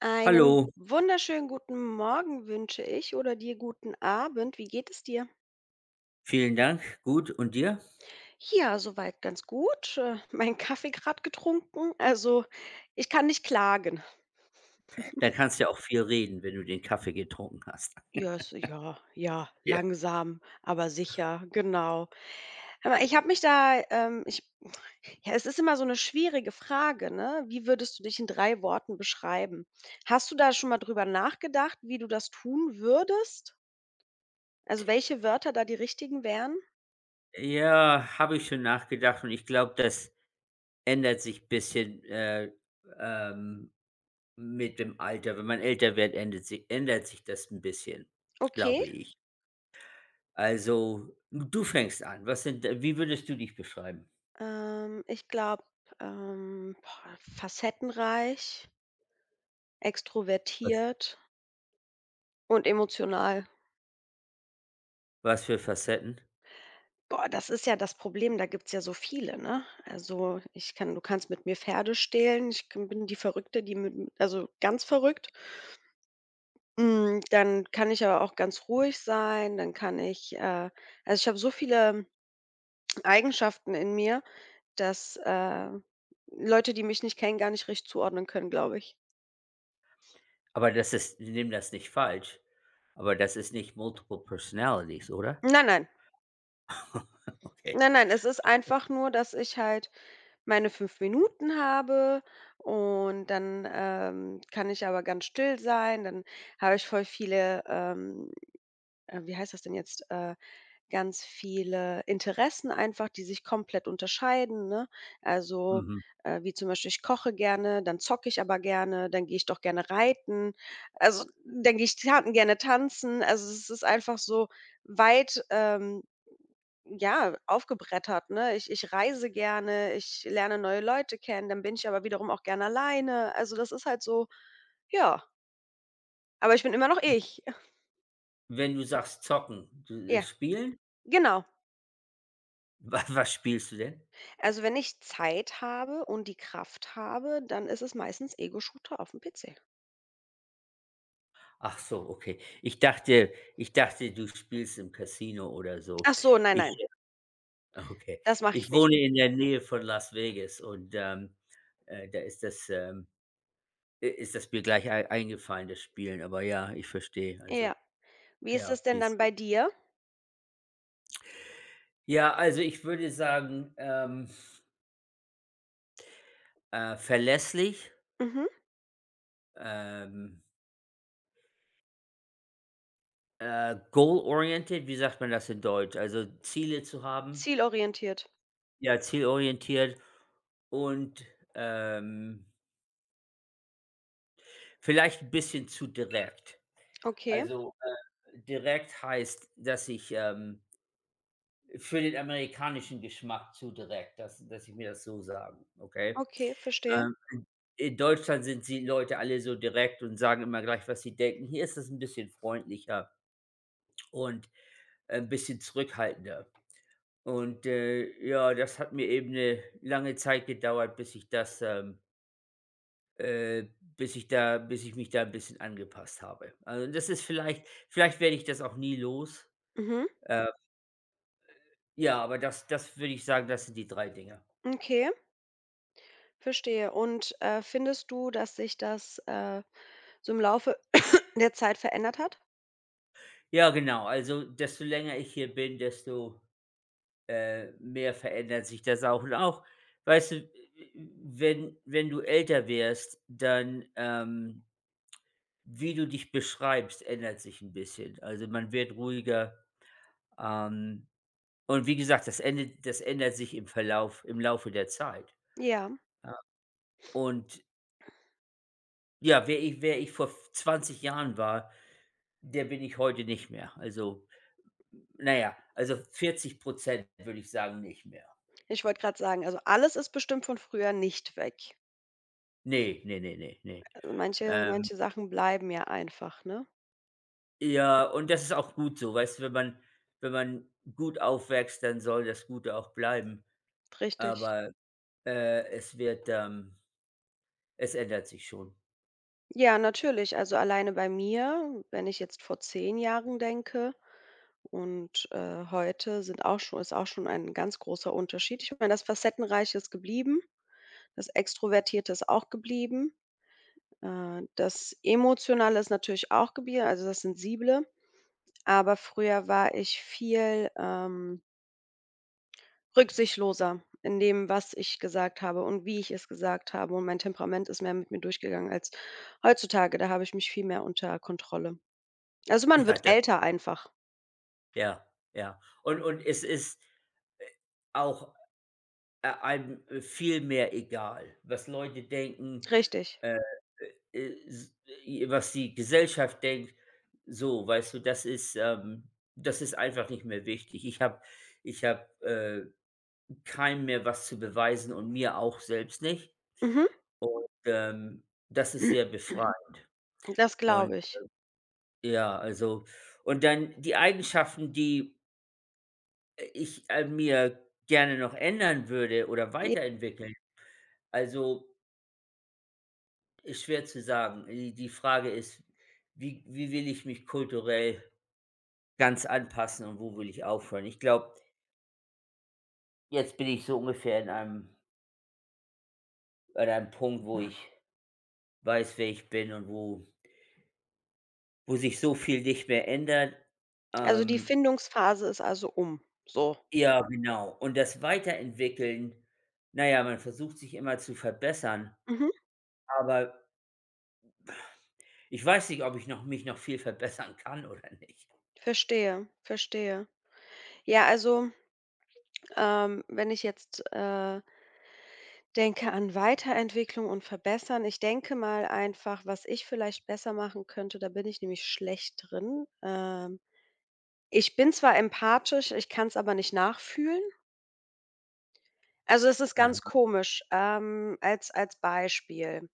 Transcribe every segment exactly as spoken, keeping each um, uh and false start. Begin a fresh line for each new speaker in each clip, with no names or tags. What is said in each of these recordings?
Einen
Hallo,
wunderschönen guten Morgen wünsche ich oder dir guten Abend. Wie geht es dir?
vielen Dank. Gut und dir?
Ja, soweit ganz gut. Äh, meinen Kaffee gerade getrunken. Also, ich kann nicht klagen.
Da kannst du ja auch viel reden, wenn du den Kaffee getrunken hast.
Ja, es ja, ja,
Ja.
langsam, aber sicher, genau. Aber ich habe mich da, ähm, ich, ja, es ist immer so eine schwierige Frage, ne? Wie würdest du dich in drei Worten beschreiben? Hast du da schon mal drüber nachgedacht, wie du das tun würdest? Also, welche Wörter da die richtigen wären?
Ja, habe ich schon nachgedacht und ich glaube, das ändert sich ein bisschen, äh, ähm, mit dem Alter. Wenn man älter wird, ändert sich ändert sich das ein bisschen,
Okay.
glaube ich. Also, du fängst an. Was sind d Wie würdest du dich beschreiben?
Ähm, ich glaube, ähm, boah, facettenreich,
Was
extrovertiert und emotional.
was für Facetten?
Boah, das ist ja das Problem, da gibt's ja so viele, ne? Also, ich kann du kannst mit mir Pferde stehlen, ich k bin die Verrückte, die mit mit also, ganz verrückt. Hm, dann kann ich aber auch ganz ruhig sein, dann kann ich, äh also, ich habe so viele Eigenschaften in mir, dass, äh, Leute, die mich nicht kennen, gar nicht richtig zuordnen können, glaube ich.
Aber das ist nimm das nicht falsch, aber das ist nicht Multiple Personalities, oder?
Nein, nein.
Okay.
Nein, nein, es ist einfach nur, dass ich halt meine fünf Minuten habe und dann, ähm, kann ich aber ganz still sein. Dann habe ich voll viele, ähm, äh, wie heißt das denn jetzt, äh, ganz viele Interessen einfach, die sich komplett unterscheiden, ne? Also,
Mhm.
äh, wie zum Beispiel, ich koche gerne, dann zocke ich aber gerne, dann gehe ich doch gerne reiten, also, dann gehe ich ta gerne tanzen. Also, es ist einfach so weit, ähm ja, aufgebrettert, ne? Ich ich reise gerne, ich lerne neue Leute kennen, dann bin ich aber wiederum auch gerne alleine. Also, das ist halt so ja, aber ich bin immer noch ich.
Wenn du sagst zocken, du äh,
Ja,
spielen?
genau.
Wa Was spielst du denn?
Also, wenn ich Zeit habe und die Kraft habe, dann ist es meistens Ego-Shooter auf aufm P C.
Ach so, okay. Ich dachte ich dachte, du spielst im Casino oder so.
Ach so, nein,
Ich
nein,
okay.
das mache ich
Ich
nicht.
wohne in der Nähe von Las Vegas und, ähm, äh, da ist das, ähm i ist das mir gleich ei eingefallen, das Spielen. Aber ja, ich verstehe, also,
Ja. Wie ist
ja,
es denn dann
P C.
bei dir?
Ja, also, ich würde sagen, ähm, äh, verlässlich,
Mhm.
ähm, äh, goal oriented, wie sagt man das in Deutsch? Also, Ziele zu haben.
Zielorientiert.
Ja, zielorientiert und, ähm, vielleicht ein bisschen zu direkt.
Okay,
Also, äh, direkt heißt, dass ich, ähm für den amerikanischen Geschmack zu direkt, dass dass ich mir das so sagen, okay?
okay, verstehe.
Ähm, in Deutschland sind die Leute alle so direkt und sagen immer gleich, was sie denken. Hier ist das ein bisschen freundlicher und äh, ein bisschen zurückhaltender. Und, äh, ja, das hat mir eben eine lange Zeit gedauert, bis ich das, ähm Äh, bis ich da bis ich mich da ein bisschen angepasst habe. Also, das ist vielleicht vielleicht werde ich das auch nie los.
Mhm.
Äh, ja, aber das das würde ich sagen, das sind die drei Dinge.
Okay, verstehe. Und, äh, findest du, dass sich das, äh, so im Laufe In der Zeit verändert hat?
Ja, genau. Also, desto länger ich hier bin, desto, äh, mehr verändert sich das auch. Und auch, weißt du, äh, wenn wenn du älter wirst, dann, ähm, wie du dich beschreibst, ändert sich ein bisschen. Also, man wird ruhiger, ähm, und wie gesagt, das endet das ändert sich im Verlauf im Laufe der Zeit.
Ja,
Und ja, wer ich wer ich vor zwanzig Jahren war, der bin ich heute nicht mehr. Also, naja, also vierzig Prozent würde ich sagen, nicht mehr.
ich wollte gerade sagen, also, alles ist bestimmt von früher nicht weg.
Ne, ne, ne, ne, ne.
Also, manche
Ähm,
manche Sachen bleiben ja einfach, ne?
ja, und das ist auch gut so, weißt du, wenn man wenn man gut aufwächst, dann soll das Gute auch bleiben,
Richtig.
aber, äh, es wird, ähm es ändert sich schon.
Ja, natürlich. Also, alleine bei mir, wenn ich jetzt vor zehn Jahren denke und, äh, heute sind auch schon ist auch schon ein ganz großer Unterschied. Ich meine, das Facettenreiche ist geblieben, das Extrovertierte ist auch geblieben, äh, das Emotionale ist natürlich auch geblieben, also, das Sensible. Aber früher war ich viel, ähm Rücksichtsloser in dem, was ich gesagt habe und wie ich es gesagt habe und mein Temperament ist mehr mit mir durchgegangen als heutzutage. Da habe ich mich viel mehr unter Kontrolle. Also, man wird
Ja, da
älter einfach.
ja, ja. Und und es ist, äh, auch Äh, einem, äh, viel mehr egal, was Leute denken,
Richtig.
äh, äh, äh, s i was die Gesellschaft denkt. So, weißt du, das ist, ähm das ist einfach nicht mehr wichtig. Ich habe ich habe, äh, keinem mehr was zu beweisen und mir auch selbst nicht.
Mhm.
Und, ähm, das ist sehr befreiend.
Das glaube
Und
ich.
ja, also und dann die Eigenschaften, die, äh, ich an mir gerne noch ändern würde oder
J
weiterentwickeln. Also, ist schwer zu sagen. Die die Frage ist, wie wie will ich mich kulturell ganz anpassen und wo will ich aufhören? Ich glaube, jetzt bin ich so ungefähr in einem an einem Punkt, wo ich weiß, wer ich bin und wo wo sich so viel nicht mehr ändert.
also, die
Ähm,
Findungsphase ist also um, so.
ja, genau. Und das Weiterentwickeln, naja, man versucht sich immer zu verbessern,
Mhm.
aber ich weiß nicht, ob ich noch mich noch viel verbessern kann oder nicht.
Verstehe, verstehe. Ja, also, ähm, wenn ich jetzt, äh Denke an Weiterentwicklung und Verbessern. Ich denke mal einfach, was ich vielleicht besser machen könnte, da bin ich nämlich schlecht drin. Ähm, ich bin zwar empathisch, ich kann es aber nicht nachfühlen. Also, es ist ganz
Aha,
komisch, ähm, als als Beispiel.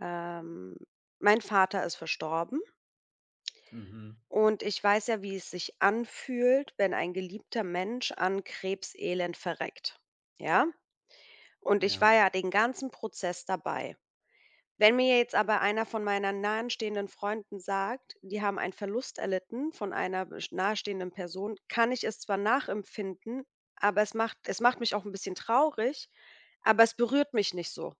Ähm, mein Vater ist verstorben
mhm,
und ich weiß ja, wie es sich anfühlt, wenn ein geliebter Mensch an Krebselend verreckt, ja? Und ich war
ja.
ja den ganzen Prozess dabei. Wenn mir jetzt aber einer von meinen nahestehenden Freunden sagt, die haben einen Verlust erlitten von einer besch nahestehenden Person, kann ich es zwar nachempfinden, aber es macht es macht mich auch ein bisschen traurig, aber es berührt mich nicht so.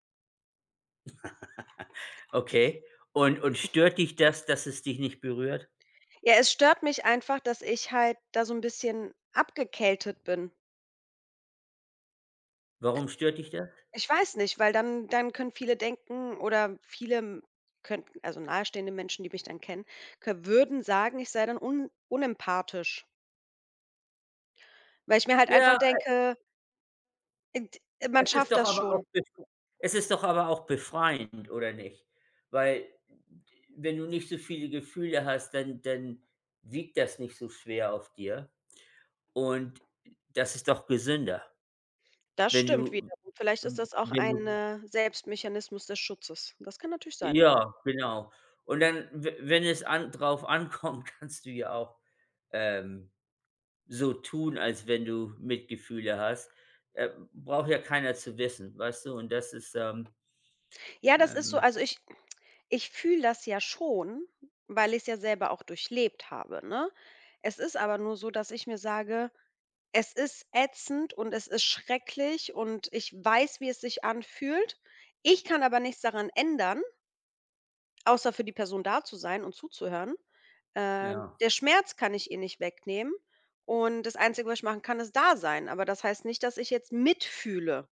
Okay. Und und stört dich das, dass es dich nicht berührt?
Ja, es stört mich einfach, dass ich halt da so ein bisschen abgekältet bin.
Warum stört dich das?
Ich weiß nicht, weil dann dann können viele denken oder viele, hm, könnten also nahestehende Menschen, die mich dann kennen, kö würden sagen, ich sei dann un unempathisch, weil ich mir halt einfach
Ja,
denke Ent man
es ist
schafft
doch
das
aber auch
schon.
befr es ist doch aber auch befreiend, oder nicht? Weil, wenn du nicht so viele Gefühle hast, dann dann wiegt das nicht so schwer auf dir und das ist doch gesünder,
Das
wenn
stimmt
du
wiederum. Vielleicht ist das auch
wenn
ein,
du
äh, Selbstmechanismus des Schutzes. Das kann natürlich sein.
ja, genau. Und dann, we wenn es an drauf ankommt, kannst du ja auch, ähm so tun, als wenn du Mitgefühle hast. Äh, braucht ja keiner zu wissen, weißt du? Und das ist, ähm,
Ja, das ist so
ähm,
also ich ich fühle das ja schon, weil ich es ja selber auch durchlebt habe, ne? Es ist aber nur so, dass ich mir sage: „Es ist ätzend und es ist schrecklich und ich weiß, wie es sich anfühlt.“ Ich kann aber nichts daran ändern. Außer für die Person da zu sein und zuzuhören. Äh,
ja.
der Schmerz kann ich ihr nicht wegnehmen und das Einzige, was ich machen kann, ist da sein. Aber das heißt nicht, dass ich jetzt mitfühle.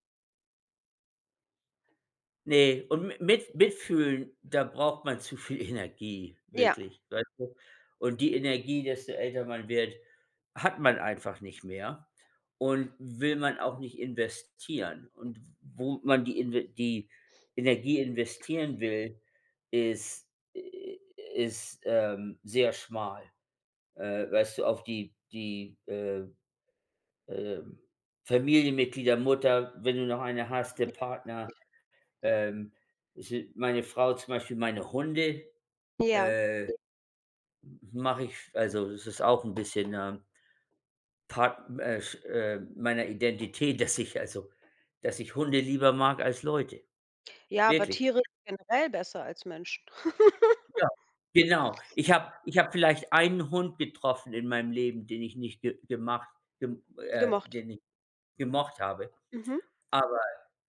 Nee, und mi mit mitfühlen, da braucht man zu viel Energie,
Ja,
wirklich, weißt du? Und die Energie, desto älter man wird, hat man einfach nicht mehr und will man auch nicht investieren. Und wo man die Inve die Energie investieren will, ist äh, ist, ähm, sehr schmal. Äh, weißt du, auf die die, äh, ähm, Familienmitglieder, Mutter, wenn du noch eine hast, der Partner. Ähm, si Meine Frau zum Beispiel, meine Hunde,
ja.
äh, ja, mache ich. Also, das ist auch ein bisschen, ähm, Part äh, sch äh, meiner Identität, dass ich also dass ich Hunde lieber mag als Leute.
Ja, aber
Wirklich,
Tiere sind generell besser als Menschen.
ja. Genau. Ich habe ich habe vielleicht einen Hund getroffen in meinem Leben, den ich nicht ge gemacht gem äh,
Gemocht.
den ich gemocht habe,
Mhm.
aber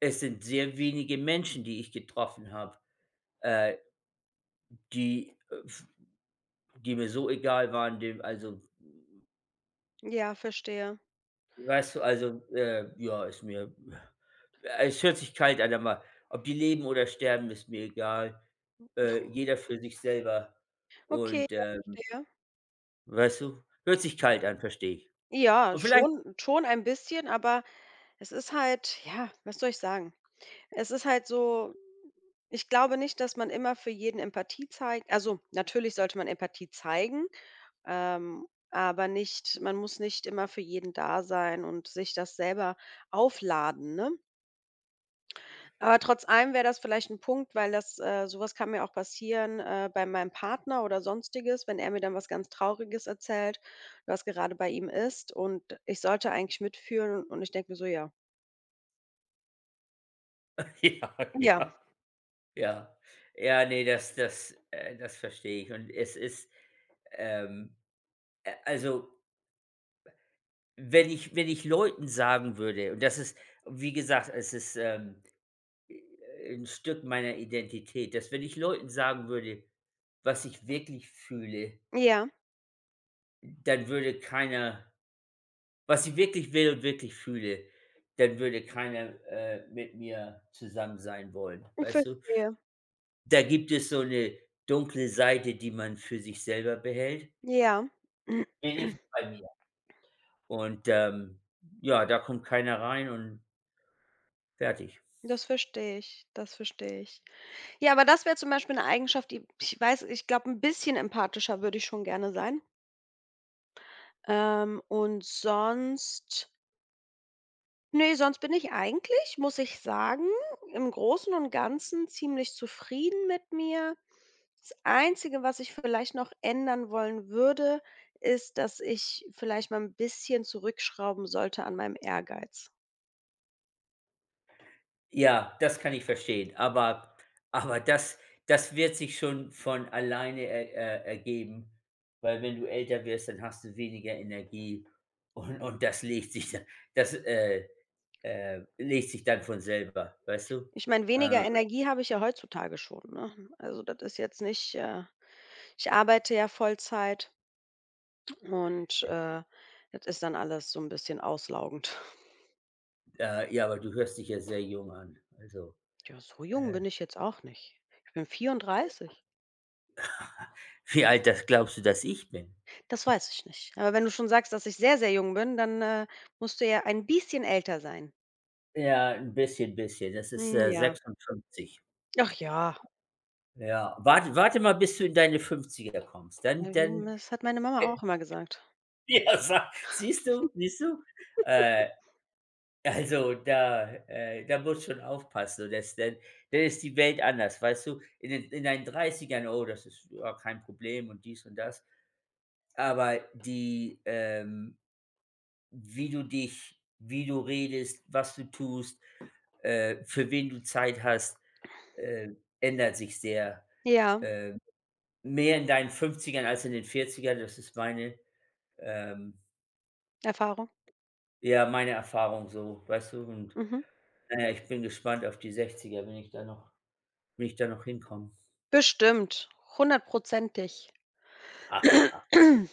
es sind sehr wenige Menschen, die ich getroffen habe, äh, die, äh, f die mir so egal waren, dem also,
Ja, verstehe.
weißt du, also, äh, ja, ist mir äh, es hört sich kalt an, aber ob die leben oder sterben, ist mir egal. Äh, jeder für sich selber
Okay,
und,
ja,
ähm,
verstehe.
weißt du, hört sich kalt an, verstehe ich.
Ja,
Und vielleicht
schon schon ein bisschen, aber es ist halt ja, was soll ich sagen? Es ist halt so ich glaube nicht, dass man immer für jeden Empathie zeigt also, natürlich sollte man Empathie zeigen. Ähm, aber nicht man muss nicht immer für jeden da sein und sich das selber aufladen, ne? Aber trotz allem wäre das vielleicht ein Punkt, weil das äh, so kann mir auch passieren, äh, bei meinem Partner oder Sonstiges, wenn er mir dann was ganz Trauriges erzählt, was gerade bei ihm ist und ich sollte eigentlich mitfühlen und ich denke mir so: „Ja,
ja,
ja,
ja, ja. Ja, nee, das das äh, das verstehe ich und es ist, ähm, äh, also, Wenn ich wenn ich Leuten sagen würde und das ist wie gesagt, es ist, ähm, äh, 'n Stück meiner Identität, dass wenn ich Leuten sagen würde, was ich wirklich fühle,
ja,
dann würde keiner was ich wirklich will und wirklich fühle, dann würde keiner, äh, mit mir zusammen sein wollen,
ich
weißt du?
verstehe.
Da gibt es so eine dunkle Seite, die man für sich selber behält.
Ja,
Wenigstens bei mir. Und, ähm, ja, da kommt keiner rein und fertig.
das verstehe ich, das verstehe ich.“ Ja, aber das wäre zum Beispiel 'ne Eigenschaft, die ich weiß ich glaube, 'n bisschen empathischer würde ich schon gerne sein. Ähm, und sonst ne, sonst bin ich eigentlich, muss ich sagen, im Großen und Ganzen ziemlich zufrieden mit mir. Das Einzige, was ich vielleicht noch ändern wollen würde, ist, dass ich vielleicht mal 'n bisschen zurückschrauben sollte an meinem Ehrgeiz.
Ja, das kann ich verstehen, aber aber das das wird sich schon von alleine er er ergeben, weil wenn du älter wirst, dann hast du weniger Energie und und das legt sich dann das, äh, äh, legt sich dann von selber, weißt du?
Ich meine, weniger
Äh,
Energie habe ich ja heutzutage schon, ne? Also, das ist jetzt nicht, äh ich arbeite ja Vollzeit. Und, äh, das ist dann alles so ein bisschen auslaugend.
äh, ja, aber du hörst dich ja sehr jung an. Also,
Ja, so jung
äh,
bin ich jetzt auch nicht. Ich bin vierunddreißig.
wie alt, das glaubst du, dass ich bin?
Das weiß ich nicht. Aber wenn du schon sagst, dass ich sehr, sehr jung bin, dann, äh, musst du ja ein bisschen älter sein.
Ja, ein bisschen bisschen. Das ist,
Hm,
äh,
ja.
sechsundfünfzig.
Ach ja,
Ja, warte warte mal, bis du in deine Fünfziger kommst, dann dann
das hat meine Mama
äh,
auch immer gesagt.
ja, sa siehst du, siehst du? Äh, also da äh, da muss schon aufpassen. Und das denn denn ist die Welt anders, weißt du? In den in deinen Dreißigern „Oh, das ist ja kein Problem“ und dies und das. Aber die ähm, wie du dich wie du redest, was du tust, äh, für wen du Zeit hast, äh, ändert sich sehr.
Ja,
Äh, mehr in deinen Fünfzigern als in den Vierzigern, das ist meine ähm,
Erfahrung.
ja, meine Erfahrung so, weißt du? Und
Mhm.
na ja, ich bin gespannt auf die sechziger, wenn ich da noch wenn ich da noch hinkomme.
Bestimmt, hundertprozentig.
Ah,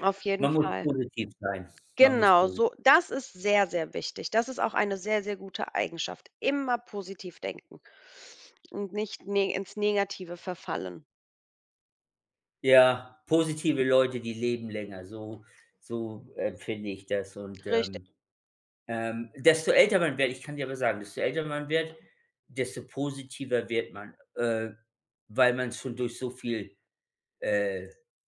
Auf jeden
man muss
Fall.
positiv sein. Man muss
Genau,
posi
so das ist sehr, sehr wichtig. Das ist auch eine sehr, sehr gute Eigenschaft. Immer positiv denken und nicht ne ins Negative verfallen.
Ja, positive Leute, die leben länger, so so empfinde ich das und,
Richtig.
ähm, ähm, desto älter man wird, ich kann dir aber sagen, desto älter man wird, desto positiver wird man, äh, weil man schon durch so viel, äh,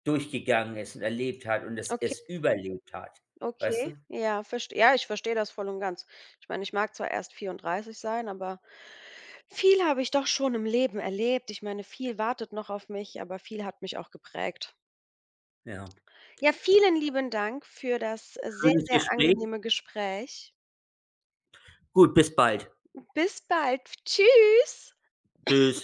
durchgegangen ist und erlebt hat und es
Okay,
es überlebt hat. Weißt
okay.
du?
Ja, verste ja, ich verstehe das voll und ganz. Ich meine, ich mag zwar erst vierunddreißig sein, aber viel habe ich doch schon im Leben erlebt. Ich meine, viel wartet noch auf mich, aber viel hat mich auch geprägt.
Ja.
Ja, vielen lieben Dank für das äh, sehr,
Schönes
sehr
Gespräch.
angenehme Gespräch.
Gut, bis bald.
Bis bald. Tschüss.
Tschüss.